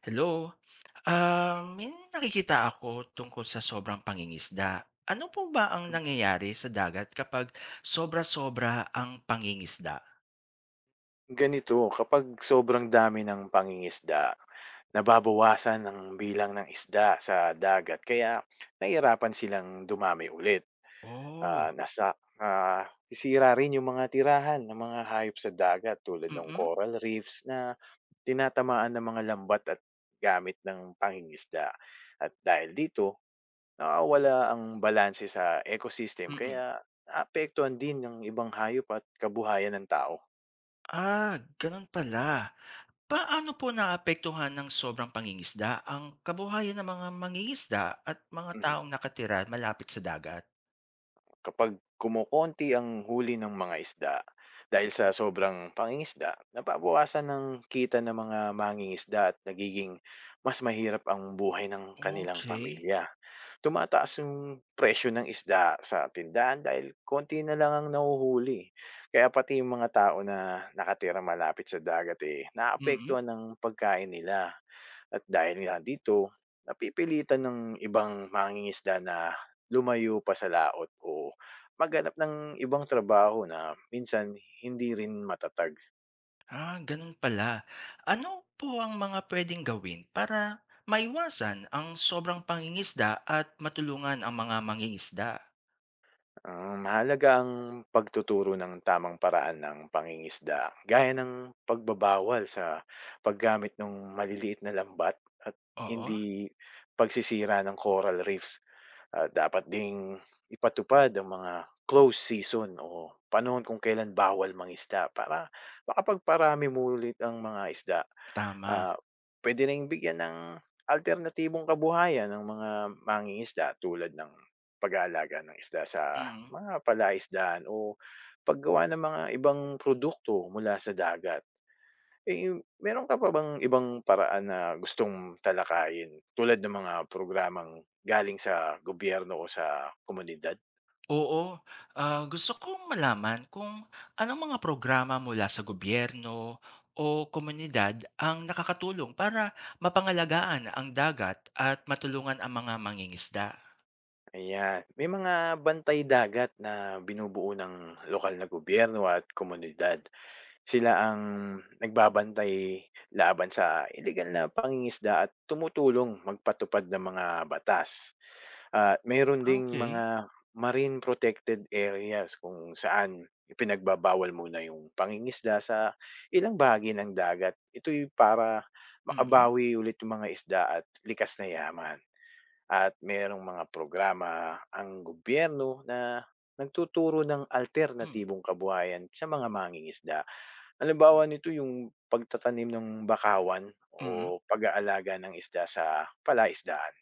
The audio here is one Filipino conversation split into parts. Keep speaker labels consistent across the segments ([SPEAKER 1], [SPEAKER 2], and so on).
[SPEAKER 1] Hello. May nakikita ako tungkol sa sobrang pangingisda. Ano po ba ang nangyayari sa dagat kapag sobra-sobra ang pangingisda?
[SPEAKER 2] Ganito, kapag sobrang dami ng pangingisda, nababawasan ang bilang ng isda sa dagat kaya nahihirapan silang dumami ulit. Ah,
[SPEAKER 1] Oh.
[SPEAKER 2] nasa ah, sisira rin yung mga tirahan ng mga hayop sa dagat tulad ng
[SPEAKER 1] mm
[SPEAKER 2] coral reefs na tinatamaan ng mga lambat at gamit ng pangingisda. At dahil dito, nawawala ang balanse sa ecosystem
[SPEAKER 1] mm
[SPEAKER 2] kaya naapektuhan din ng ibang hayop at kabuhayan ng tao.
[SPEAKER 1] Ah, ganun pala. Paano po naapektuhan ng sobrang pangingisda ang kabuhayan ng mga mangingisda at mga
[SPEAKER 2] Mhm.
[SPEAKER 1] taong nakatira malapit sa dagat?
[SPEAKER 2] Kapag kumukonti ang huli ng mga isda dahil sa sobrang pangingisda, nababawasan ng kita ng mga mangingisda at nagiging mas mahirap ang buhay ng kanilang
[SPEAKER 1] Okay.
[SPEAKER 2] pamilya. Tumataas yung presyo ng isda sa tindahan dahil konti na lang ang nahuhuli. Kaya pati yung mga tao na nakatira malapit sa dagat eh,
[SPEAKER 1] Mm
[SPEAKER 2] naapektuhan ng pagkain nila. At dahil nga dito, napipilitan ng ibang mangingisda na lumayo pa sa laot o maghanap ng ibang trabaho na minsan hindi rin matatag.
[SPEAKER 1] Ah, ganun pala. Ano po ang mga pwedeng gawin para maiwasan ang sobrang pangingisda at matulungan ang mga mangingisda?
[SPEAKER 2] Ah, mahalaga ang pagtuturo ng tamang paraan ng pangingisda gaya ng pagbabawal sa paggamit ng maliliit na lambat at
[SPEAKER 1] Oo,
[SPEAKER 2] hindi pagsisira ng coral reefs. Ah, dapat ding ipatupad ang mga close season o panahon kung kailan bawal mangisda para makapagparami muli ang mga isda.
[SPEAKER 1] tama.
[SPEAKER 2] Ah, puwede ring bigyan ng alternatibong kabuhayan ng mga mangingisda tulad ng pag-aalaga ng isda sa
[SPEAKER 1] Mm.
[SPEAKER 2] mga palaisdaan o paggawa ng mga ibang produkto mula sa dagat. Eh, meron ka pa bang ibang paraan na gustong talakayin tulad ng mga programang galing sa gobyerno o sa komunidad?
[SPEAKER 1] Oo, gusto kong malaman kung anong mga programa mula sa gobyerno o komunidad ang nakakatulong para mapangalagaan ang dagat at matulungan ang mga mangingisda.
[SPEAKER 2] Ayan, may mga bantay dagat na binubuo ng lokal na gobyerno at komunidad. Sila ang nagbabantay laban sa ilegal na pangingisda at tumutulong magpatupad ng mga batas. At mayroon
[SPEAKER 1] Ah,
[SPEAKER 2] ding mga
[SPEAKER 1] okay.
[SPEAKER 2] marine protected areas kung saan ipinagbabawal muna yung pangingisda sa ilang bahagi ng dagat. Ito'y para
[SPEAKER 1] Mm-mm.
[SPEAKER 2] makabawi ulit yung mga isda at likas na yaman. At mayroong mga programa ang gobyerno na nagtuturo ng
[SPEAKER 1] Mm.
[SPEAKER 2] alternatibong kabuhayan sa mga mangingisda. Halimbawa nito yung pagtatanim ng bakawan
[SPEAKER 1] Mm.
[SPEAKER 2] o pag-aalaga ng isda sa palaisdaan.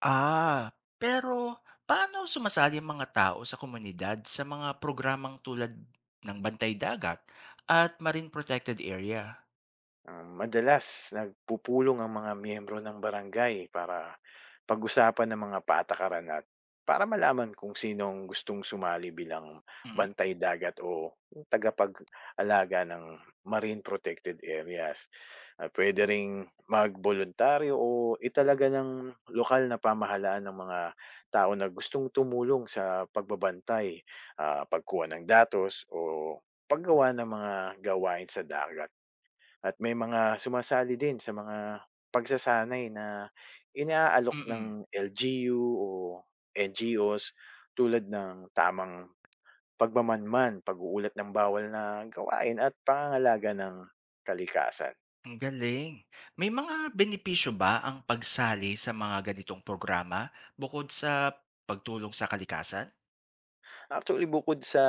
[SPEAKER 1] Ah, Pero paano sumasali ang mga tao sa komunidad sa mga programang tulad ng Bantay Dagat at Marine Protected Area?
[SPEAKER 2] Ah, madalas nagpupulong ang mga miyembro ng barangay para pag-usapan ng mga patakaran at para malaman kung sino ang gustong sumali bilang
[SPEAKER 1] Mm,
[SPEAKER 2] bantay dagat o tagapag-alaga ng marine protected areas. Ah, pwede ring magboluntaryo o italaga ng lokal na pamahalaan ng mga tao na gustong tumulong sa pagbabantay, ah, pagkuha ng datos o paggawa ng mga gawain sa dagat. At may mga sumasali din sa mga pagsasanay na inaalok ng
[SPEAKER 1] mm.
[SPEAKER 2] LGU o NGOs tulad ng tamang pagmamanman, pag-uulat ng bawal na gawain at pangangalaga ng kalikasan.
[SPEAKER 1] Ang galing. May mga benepisyo ba ang pagsali sa mga ganitong programa bukod sa pagtulong sa kalikasan?
[SPEAKER 2] Actually, bukod sa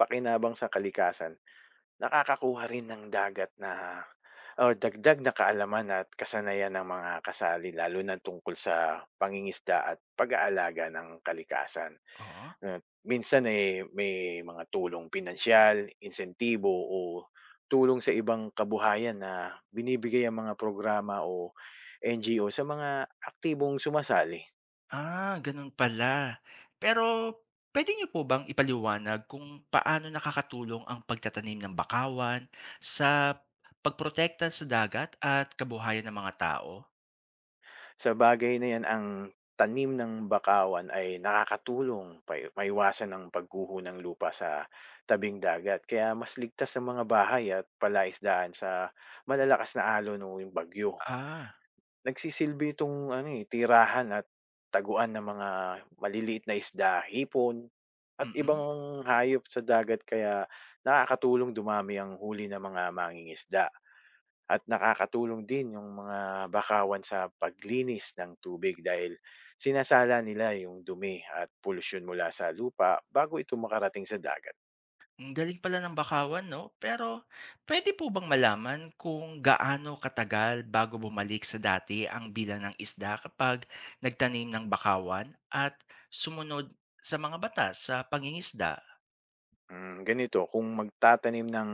[SPEAKER 2] pakinabang sa kalikasan, nakakakuha rin ng dagat na o dagdag na kaalaman at kasanayan ng mga kasali lalo na tungkol sa pangingisda at pag-aalaga ng kalikasan.
[SPEAKER 1] Oo.
[SPEAKER 2] At minsan, eh, may mga tulong pinansiyal, insentibo o tulong sa ibang kabuhayan na binibigay ang mga programa o NGO sa mga aktibong sumasali.
[SPEAKER 1] Ah, ganun pala. Pero pwede niyo po bang ipaliwanag kung paano nakakatulong ang pagtatanim ng bakawan sa pagprotekta sa dagat at kabuhayan ng mga tao?
[SPEAKER 2] Sa bagay na 'yan, ang tanim ng bakawan ay nakakatulong pai maiwasan ang pagguho ng lupa sa tabing dagat kaya mas ligtas sa mga bahay at palaisdaan sa malalakas na alon o yung bagyo.
[SPEAKER 1] Ah,
[SPEAKER 2] Nagsisilbi itong ano, eh, tirahan at taguan ng mga maliliit na isda, hipon, at
[SPEAKER 1] mm
[SPEAKER 2] ibang hayop sa dagat kaya nakakatulong dumami ang huli ng mga mangingisda at nakakatulong din yung mga bakawan sa paglinis ng tubig dahil sinasala nila yung dumi at polusyon mula sa lupa bago ito makarating sa dagat.
[SPEAKER 1] Ang galing pala ng bakawan, no? Pero pwede po bang malaman kung gaano katagal bago bumalik sa dati ang bilang ng isda kapag nagtanim ng bakawan at sumunod sa mga batas sa pangingisda?
[SPEAKER 2] Ganito, kung magtatanim ng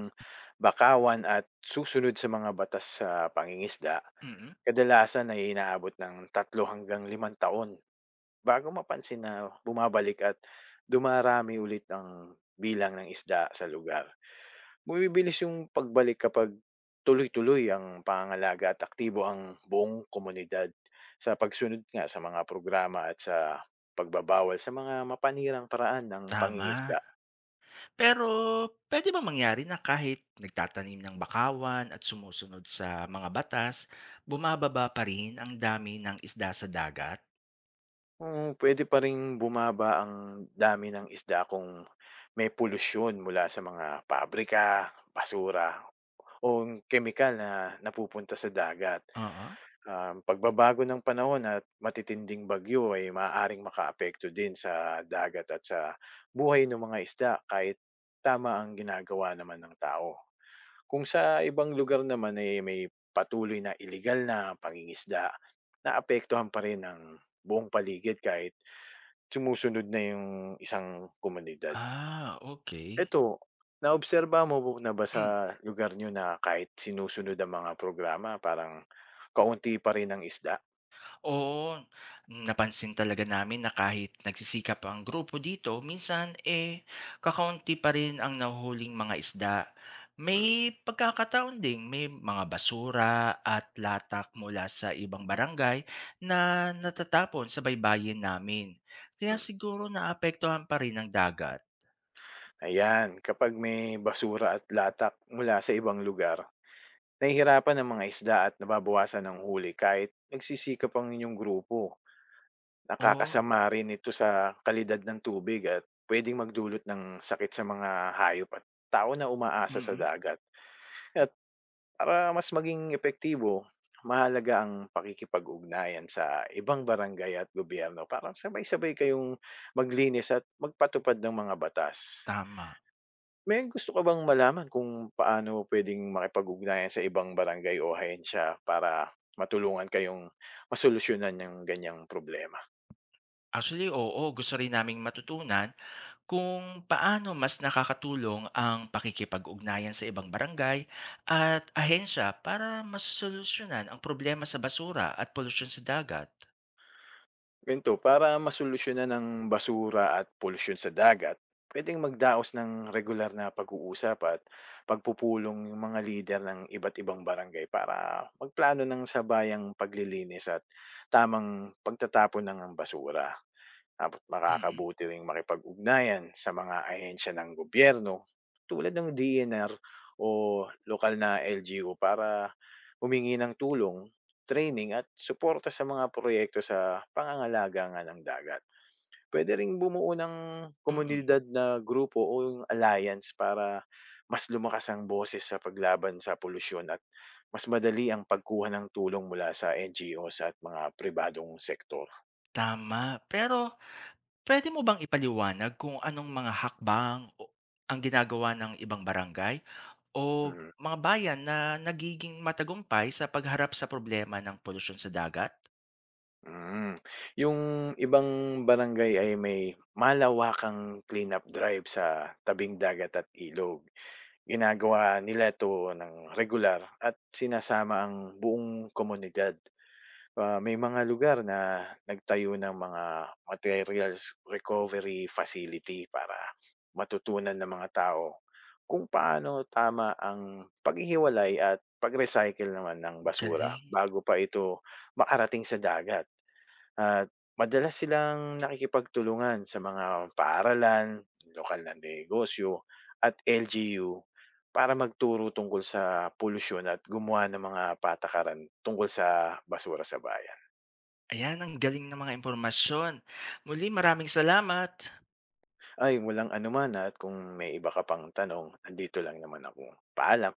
[SPEAKER 2] bakawan at susunod sa mga batas sa pangingisda,
[SPEAKER 1] mm
[SPEAKER 2] kadalasan ay inaabot ng tatlo hanggang 5 taon bago mapansin na bumabalik at dumarami ulit ang bilang ng isda sa lugar. Bumibilis yung pagbalik kapag tuloy-tuloy ang pangangalaga at aktibo ang buong komunidad sa pagsunod nga sa mga programa at sa pagbabawal sa mga mapanirang paraan ng
[SPEAKER 1] Tama.
[SPEAKER 2] pangingisda.
[SPEAKER 1] Pero puwede ba mangyari na kahit nagtatanim ng bakawan at sumusunod sa mga batas, bumababa pa rin ang dami ng isda sa dagat?
[SPEAKER 2] Kung pwede pa ring bumaba ang dami ng isda kung may polusyon mula sa mga pabrika, basura o yung kemikal na napupunta sa dagat.
[SPEAKER 1] Oo.
[SPEAKER 2] Pagbabago ng panahon at matitinding bagyo ay maaaring makaapekto din sa dagat at sa buhay ng mga isda kahit tama ang ginagawa naman ng tao. Kung sa ibang lugar naman ay may patuloy na illegal na pangingisda, naapektuhan pa rin ang buong paligid kahit sumusunod na yung isang komunidad.
[SPEAKER 1] Ah, okay.
[SPEAKER 2] Eto, naobserba mo na ba sa
[SPEAKER 1] Hmm.
[SPEAKER 2] lugar niyo na kahit sinusunod ang mga programa parang kaunti pa rin ang isda?
[SPEAKER 1] Oo, napansin talaga namin na kahit nagsisikap ang grupo dito, minsan eh, kakaunti pa rin ang nahuhuling mga isda.
[SPEAKER 2] Mm,
[SPEAKER 1] May pagkakataon ding may mga basura at latak mula sa ibang barangay na natatapon sa baybayin namin. Kaya
[SPEAKER 2] hmm.
[SPEAKER 1] siguro naapektuhan pa rin ang dagat.
[SPEAKER 2] Ayan, kapag may basura at latak mula sa ibang lugar, nahihirapan ang mga isda at nababawasan ng huli kahit nagsisikap ang inyong grupo.
[SPEAKER 1] Oo.
[SPEAKER 2] Nakakasama rin ito sa kalidad ng tubig at puwedeng magdulot ng sakit sa mga hayop at tao na umaasa sa
[SPEAKER 1] mm
[SPEAKER 2] dagat. Para mas maging epektibo, mahalaga ang pakikipag-ugnayan sa ibang barangay at gobyerno para sabay-sabay kayong maglinis at magpatupad ng mga batas.
[SPEAKER 1] Tama.
[SPEAKER 2] May gusto ka bang malaman kung paano pwedeng makipag-ugnayan sa ibang barangay o ahensya para matulungan kayong masolusyonan yung ganyang problema?
[SPEAKER 1] Actually, oo, gusto rin naming matutunan kung paano mas nakakatulong ang pakikipag-ugnayan sa ibang barangay at ahensya para masolusyonan ang problema sa basura at polusyon sa dagat.
[SPEAKER 2] Ganito, para masolusyonan ng basura at polusyon sa dagat, pwedeng magdaos ng regular na pag-uusap at pagpupulong yung mga lider ng iba't ibang barangay para magplano ng sabayang paglilinis at tamang pagtatapon ng basura. Tapos
[SPEAKER 1] Mm.
[SPEAKER 2] makakabuti ring makipag-ugnayan sa mga ahensya ng gobyerno tulad ng DNR o lokal na LGU para humingi ng tulong, training at suporta sa mga proyekto sa pangangalaga nga ng dagat. Pwede ring bumuo ng
[SPEAKER 1] mm,
[SPEAKER 2] komunidad na grupo o yung alliance para mas lumakas ang boses sa paglaban sa polusyon at mas madali ang pagkuha ng tulong mula sa NGOs at mga pribadong sektor.
[SPEAKER 1] Tama. Pero pwede mo bang ipaliwanag kung anong mga hakbang o ang ginagawa ng ibang barangay o
[SPEAKER 2] Mm.
[SPEAKER 1] mga bayan na nagiging matagumpay sa pagharap sa problema ng polusyon sa dagat?
[SPEAKER 2] Hmm, yung ibang barangay ay may malawakang cleanup drive sa tabing dagat at ilog. Ginagawa nila ito ng regular at sinasama ang buong komunidad. Ah, may mga lugar na nagtayo ng mga materials recovery facility para matutunan ng mga tao kung paano tama ang paghihiwalay at pag-recycle naman ng basura
[SPEAKER 1] Galing.
[SPEAKER 2] bago pa ito makarating sa dagat. At madalas silang nakikipagtulungan sa mga paaralan, lokal na negosyo at LGU para magturo tungkol sa polusyon at gumawa ng mga patakaran tungkol sa basura sa bayan.
[SPEAKER 1] Ayan, ang galing ng mga impormasyon. Muli, maraming salamat.
[SPEAKER 2] Ay, walang anuman at kung may iba ka pang tanong, nandito lang naman ako. Paalam.